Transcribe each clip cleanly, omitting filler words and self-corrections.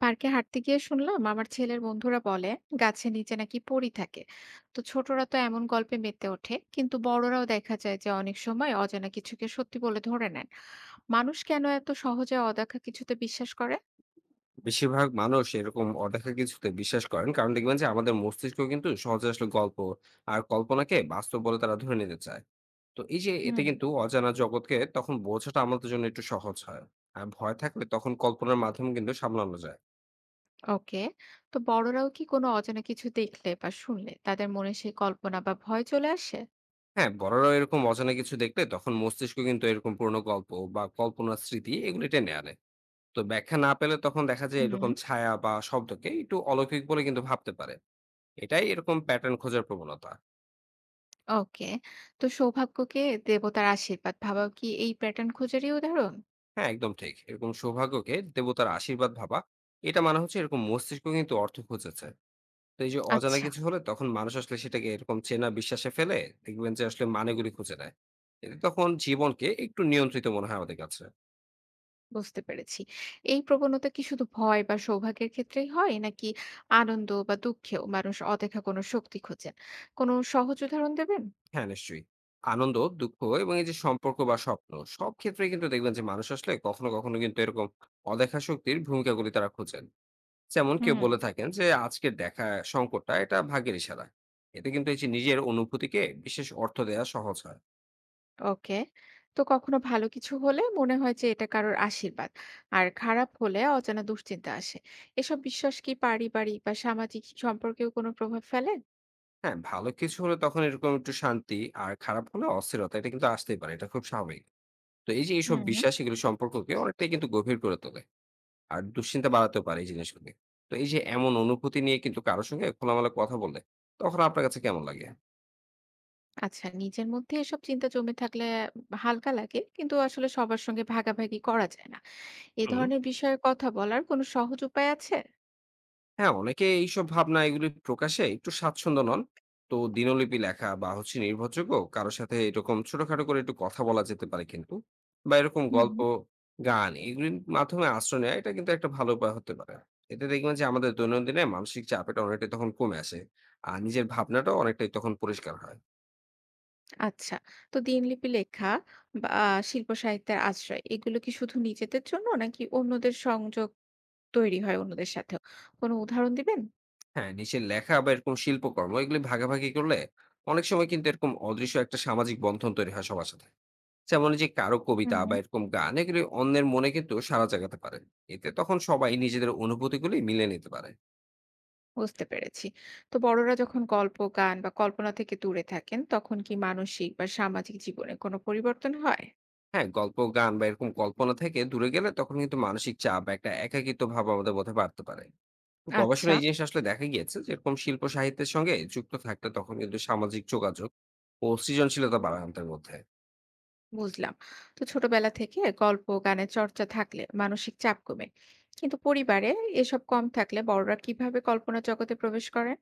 পার্কে হাঁটতে গিয়ে শুনলাম আমার ছেলের বন্ধুরা বলে গাছের নিচে নাকি পড়ি থাকে। তো ছোটরা তো এমন গল্পে মেতে ওঠে, কিন্তু বড়রাও দেখা যায় যে অনেক সময় অজানা কিছুকে সত্যি বলে ধরে নেন। মানুষ কেন এত সহজে অদেখা কিছুতে বিশ্বাস করে? বেশিরভাগ মানুষ এরকম অদেখা কিছুতে বিশ্বাস করেন, কারণ দেখবেন যে আমাদের মস্তিষ্ক কিন্তু সহজে আসলে গল্প আর কল্পনাকে বাস্তব বলে তারা ধরে নিতে চায়। তো এই যে এতে হুম। কিন্তু অজানা জগৎকে তখন বোঝাটা আমাদের জন্য একটু সহজ হয়। আর ভয় থাকলে তখন কল্পনার মাধ্যমে কিন্তু সামলানো যায়। ওকে। তো বড়রাও কি কোনো অজানা কিছু দেখলে বা শুনলে তাদের মনে সেই কল্পনা বা ভয় চলে আসে? হ্যাঁ, বড়রাও এরকম অজানা কিছু দেখলে তখন মস্তিষ্ক কিন্তু এরকম পুরনো গল্প বা কল্পনার স্মৃতি এগুলি টেনে আনে। তো ব্যাখ্যা না পেলে তখন দেখা যায় হুম। এরকম ছায়া বা শব্দকে একটু অলৌকিক বলে কিন্তু ভাবতে পারে। এটাই এরকম প্যাটার্ন খোঁজার প্রবণতা। ওকে। তো সৌভাগ্যকে দেবতার আশীর্বাদ ভাবাও কি এই প্যাটার্ন খোঁজারই উদাহরণ? হ্যাঁ, একদম ঠিক, এরকম সৌভাগ্যকে দেবতার আশীর্বাদ ভাবা, এটা মানে হচ্ছে এরকম মস্তিষ্ক কিন্তু অর্থ খুঁজেছে। তো এই যে অজানা আচ্ছা, কিছু হলে তখন মানুষ আসলে সেটাকে এরকম চেনা বিশ্বাসে ফেলে, দেখবেন যে আসলে মানেগুলি খুঁজে নেয়। এতে তখন জীবনকে একটু নিয়ন্ত্রিত মনে হয় আমাদের কাছে। বুঝতে পেরেছি। এই প্রবণতা কি শুধু ভয় বা সৌভাগ্যের ক্ষেত্রেই হয়? নাকি আনন্দ বা দুঃখেও মানুষ অদেখা কোনো শক্তি খোঁজেন? কোনো সহজ উদাহরণ দেবেন? হ্যাঁ, নিশ্চয়ই। আনন্দ, দুঃখ এবং এই যে সম্পর্ক বা স্বপ্ন, সব ক্ষেত্রে কিন্তু দেখবেন যে মানুষ আসলে কখনো কখনো কিন্তু এরকম অদেখা শক্তির ভূমিকাগুলি তারা খোঁজেন। যেমন কেউ হুম। বলে থাকেন যে আজকের দেখা সংকটটা এটা ভাগ্যের ইশারা। এতে কিন্তু এই যে নিজের অনুভূতিকে বিশেষ অর্থ দেওয়া সহজ হয়। ওকে। তো কখনো ভালো কিছু হলে মনে হয় যে এটা কারোর আশীর্বাদ, আর খারাপ হলে অজানা দুশ্চিন্তা আসে। এসব বিশ্বাস কি পারিবারিক বা সামাজিক সম্পর্কেও কোনো প্রভাব ফেলে? হ্যাঁ, ভালো কিছু হলে তখন এরকম একটু শান্তি, আর খারাপ হলে অস্থিরতা, এটা কিন্তু আসতেই পারে, এটা খুব স্বাভাবিক। তো এই যে এইসব হুম, হুম। বিশ্বাস এগুলো সম্পর্ককে অনেকটাই কিন্তু গভীর করে তোলে। আর দুশ্চিন্তা বাড়াতেও পারে এই জিনিসগুলি। তো এই যে এমন অনুভূতি নিয়ে কিন্তু কারোর সঙ্গে খোলামেলা কথা বললে তখন আপনার কাছে কেমন লাগে? আচ্ছা, নিজের মধ্যে এসব চিন্তা জমে থাকলে হালকা লাগে, কিন্তু আসলে সবার সঙ্গে ভাগাভাগি করা যায় না। এ হুম। ধরনের বিষয়ে কথা বলার কোনো সহজ উপায় আছে? হ্যাঁ, অনেকে এইসব ভাবনা এগুলি প্রকাশে একটু স্বাচ্ছন্দ্য নন। তো দিনলিপি লেখা বা হচ্ছে নির্ভরযোগ্য কারো সাথে এরকম ছোটখাটো করে একটু কথা বলা যেতে পারে কিন্তু। বা এরকম হুম। গল্প, গান এগুলির মাধ্যমে আশ্রয় নেওয়া, এটা কিন্তু একটা ভালো উপায় হতে পারে। এতে দেখবেন যে আমাদের দৈনন্দিনে মানসিক চাপ এটা অনেকটাই তখন কমে আসে। আর নিজের ভাবনাটাও অনেকটাই তখন পরিষ্কার হয়। আচ্ছা। তো দিনলিপি লেখা বা শিল্প সাহিত্যের আশ্রয় এগুলো কি শুধু নিজেদের জন্য, নাকি অন্যদের সংযোগ তৈরি হয় অন্যদের সাথেও? কোনো উদাহরণ দিবেন? হ্যাঁ, নিজের লেখা বা এরকম শিল্পকর্ম এগুলি ভাগাভাগি করলে অনেক সময় কিন্তু এরকম অদৃশ্য একটা সামাজিক বন্ধন তৈরি হয় সবার সাথে। যেমন এই যে কারো হুম। কবিতা বা এরকম গান এগুলি অন্যের মনে কিন্তু সাড়া জাগাতে পারে। এতে তখন সবাই নিজেদের অনুভূতিগুলি মিলে নিতে পারে। বুঝতে পেরেছি। তো বড়রা যখন গল্প, গান বা কল্পনা থেকে দূরে থাকেন তখন কি মানসিক বা সামাজিক জীবনে কোনো পরিবর্তন হয়? হ্যাঁ, গল্প, গান বা এরকম কল্পনা থেকে দূরে গেলে তখন কিন্তু মানসিক চাপ বা একটা একাকিত্ব ভাব আমাদের মধ্যে বাড়তে পারে। তো আচ্ছা। গবেষণায় এই জিনিস আসলে দেখা গিয়েছে যে এরকম শিল্প সাহিত্যের সঙ্গে যুক্ত থাকলে তখন কিন্তু সামাজিক যোগাযোগ ও সৃজনশীলতা বাড়ে আমাদের মধ্যে। বুঝলাম। তো ছোটবেলা থেকে গল্প গানের চর্চা থাকলে মানসিক চাপ কমে, কিন্তু পরিবারে এসব কম থাকলে বড়রা কিভাবে কল্পনা জগতে প্রবেশ করে?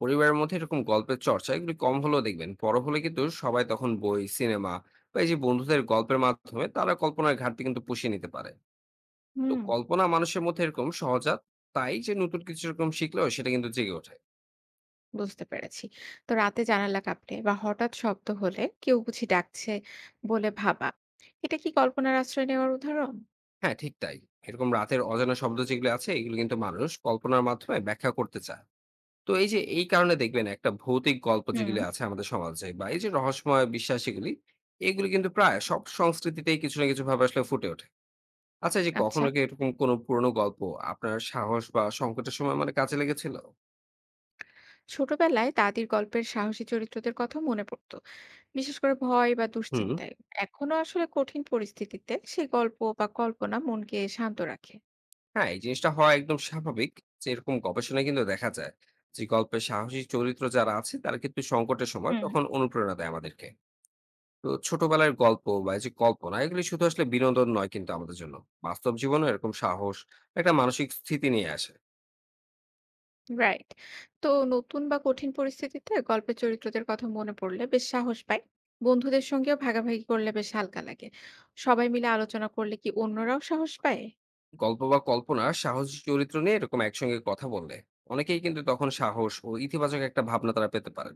পরিবারের মধ্যে এরকম গল্পের চর্চা এগুলি কম হলেও দেখবেন বড় হলে কিন্তু সবাই তখন বই, সিনেমা বা এই যে বন্ধুদের গল্পের মাধ্যমে তারা কল্পনার ঘাটতি কিন্তু পুষিয়ে নিতে পারে। তো হুম। কল্পনা মানুষের মধ্যে এরকম সহজাত, তাই যে নতুন কিছু এরকম শিখলেও সেটা কিন্তু জেগে ওঠে। বুঝতে পেরেছি। তো রাতে জানালা কাঁপলে বা হঠাৎ শব্দ হলে কেউ বুঝি ডাকছে বলে ভাবা, এটা কি কল্পনার আশ্রয় নেওয়ার উদাহরণ? হ্যাঁ, ঠিক তাই। এরকম রাতের অজানা শব্দ যেগুলো আছে এগুলো কিন্তু মানুষ কল্পনার মাধ্যমে ব্যাখ্যা করতে চায়। তো এই যে এই কারণে দেখবেন একটা ভৌতিক গল্প হুম। যেগুলি আছে আমাদের সমাজে বা এই যে রহস্যময় বিশ্বাস এগুলি, এগুলি কিন্তু প্রায় সব সংস্কৃতিতেই কিছু না কিছু ভাবে আসলে ফুটে ওঠে। আচ্ছা, এই যে আচ্ছা। কখনো কি এরকম কোনো পুরনো গল্প আপনার সাহস বা সংকটের সময় মানে কাজে লেগেছিল? ছোটবেলায় দাদির গল্পের সাহসী চরিত্রদের কথা মনে পড়তো, বিশেষ করে ভয় বা হুম। দুশ্চিন্তায়। এখনো আসলে কঠিন পরিস্থিতিতে সেই গল্প বা কল্পনা মনকে শান্ত রাখে। হ্যাঁ, এই জিনিসটা হওয়া একদম স্বাভাবিক। যে এরকম গবেষণায় কিন্তু দেখা যায় যে গল্পের সাহসী চরিত্র যারা আছে তারা কিন্তু সংকটের সময় হুম। তখন অনুপ্রেরণা দেয় আমাদেরকে। তো ছোটবেলার গল্প বা এই যে কল্পনা এগুলি শুধু আসলে বিনোদন নয় কিন্তু আমাদের জন্য। বাস্তব জীবনে এরকম সাহস, একটা মানসিক স্থিতি নিয়ে আসে। রাইট। তো নতুন বা কঠিন পরিস্থিতিতে গল্পের চরিত্রদের কথা মনে পড়লে বেশ সাহস পাই, বন্ধুদের সঙ্গেও ভাগাভাগি করলে বেশ হালকা লাগে। সবাই মিলে আলোচনা করলে কি অন্যরাও সাহস পায়? গল্প বা কল্পনা সাহসী চরিত্র নিয়ে এরকম একসঙ্গে কথা বললে অনেকেই কিন্তু তখন সাহস ও ইতিবাচক একটা ভাবনা তারা পেতে পারেন।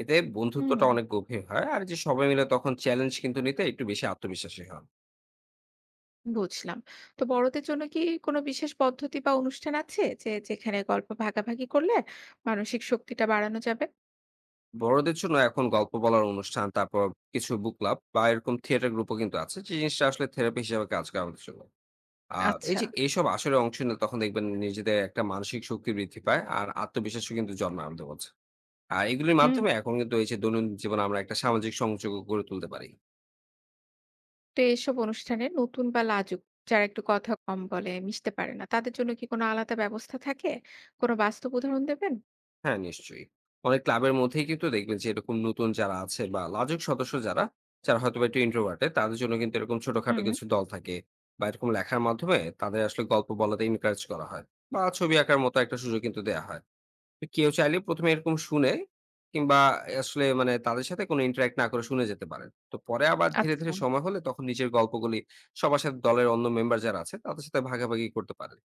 এতে হুম। বন্ধুত্বটা অনেক গভীর হয়। আর এই যে সবাই মিলে তখন চ্যালেঞ্জ কিন্তু নিতে একটু বেশি আত্মবিশ্বাসী হন। বুঝলাম। তো বড়দের জন্য কি কোনো বিশেষ পদ্ধতি বা অনুষ্ঠান আছে যে যেখানে গল্প ভাগাভাগি করলে মানসিক শক্তিটা বাড়ানো যাবে? বড়দের জন্য এখন গল্প বলার অনুষ্ঠান, তারপর কিছু বুক ক্লাব বা এরকম থিয়েটার গ্রুপও কিন্তু আছে। যে জিনিসটা আসলে থেরাপি হিসেবে কাজ করে আমাদের জন্য। আর এই আচ্ছা। যে এইসব আসরে অংশ নিলে তখন দেখবেন নিজেদের একটা মানসিক শক্তি বৃদ্ধি পায় আর আত্মবিশ্বাসও কিন্তু জন্মায় আমাদের মধ্যে। আর এগুলির হুম। মাধ্যমে এখন কিন্তু এই যে দৈনন্দিন জীবনে আমরা একটা সামাজিক সংযোগও গড়ে তুলতে পারি। তো এসব অনুষ্ঠানে নতুন বা লাজুক, যারা একটু কথা কম বলে মিশতে পারে না, তাদের জন্য কি কোনো আলাদা ব্যবস্থা থাকে? কোনো বাস্তব উদাহরণ দেবেন? হ্যাঁ, নিশ্চয়ই। অনেক ক্লাবের মধ্যেই কিন্তু দেখবেন যে এরকম নতুন যারা আছে বা লাজুক সদস্য যারা, যারা হয়তোবা একটু introverted, তাদের জন্য কিন্তু এরকম ছোটখাটো কিছু দল থাকে। বা এরকম লেখার মাধ্যমে তাদের আসলে গল্প বলাতে encourage করা হয়, বা ছবি আঁকার মতো একটা সুযোগ কিন্তু দেয়া হয়। তো কেউ চাইলে ১ম এ এরকম শুনে, কিংবা আসলে মানে তাদের সাথে কোনো interact না করে শুনে যেতে পারেন। তো পরে আবার ধীরে, আচ্ছা, ধীরে সময় হলে তখন নিজের গল্পগুলি সবার সাথে, দলের অন্য মেম্বার যারা আছে তাদের সাথে ভাগাভাগি করতে পারেন।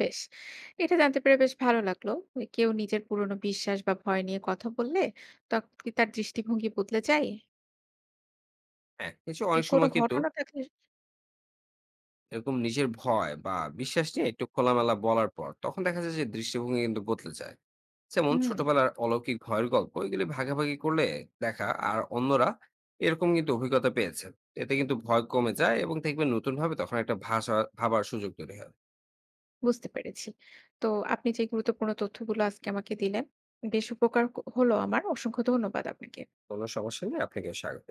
বেশ। এটা জানতে পেরে বেশ ভালো লাগলো। ওই কেউ নিজের পুরনো বিশ্বাস বা ভয় নিয়ে কথা বললে তখন কি তার দৃষ্টিভঙ্গি বদলে যায়? হ্যাঁ, এই যে যে অনেক কোনো সময় কিন্তু ঘটনা থাকলে? এরকম নিজের ভয় বা বিশ্বাস নিয়ে একটু খোলামেলা বলার পর তখন দেখা যায় যে দৃষ্টিভঙ্গি কিন্তু বদলে যায়। যেমন হুম, ছোটবেলার অলৌকিক ভয়ের গল্প এগুলি ভাগাভাগি করলে, দেখা আর অন্যরা এরকম কিন্তু অভিজ্ঞতা পেয়েছে, এতে কিন্তু ভয় কমে যায় এবং দেখবেন নতুন ভাবে তখন একটা ভাষা ভাবার সুযোগ তৈরি হয়। বুঝতে পেরেছি। তো আপনি যে গুরুত্বপূর্ণ তথ্যগুলো আজকে আমাকে দিলেন, বেশ উপকার ক হলো আমার। অসংখ্য ধন্যবাদ আপনাকে। কোনো সমস্যা নেই, আপনাকে স্বাগত।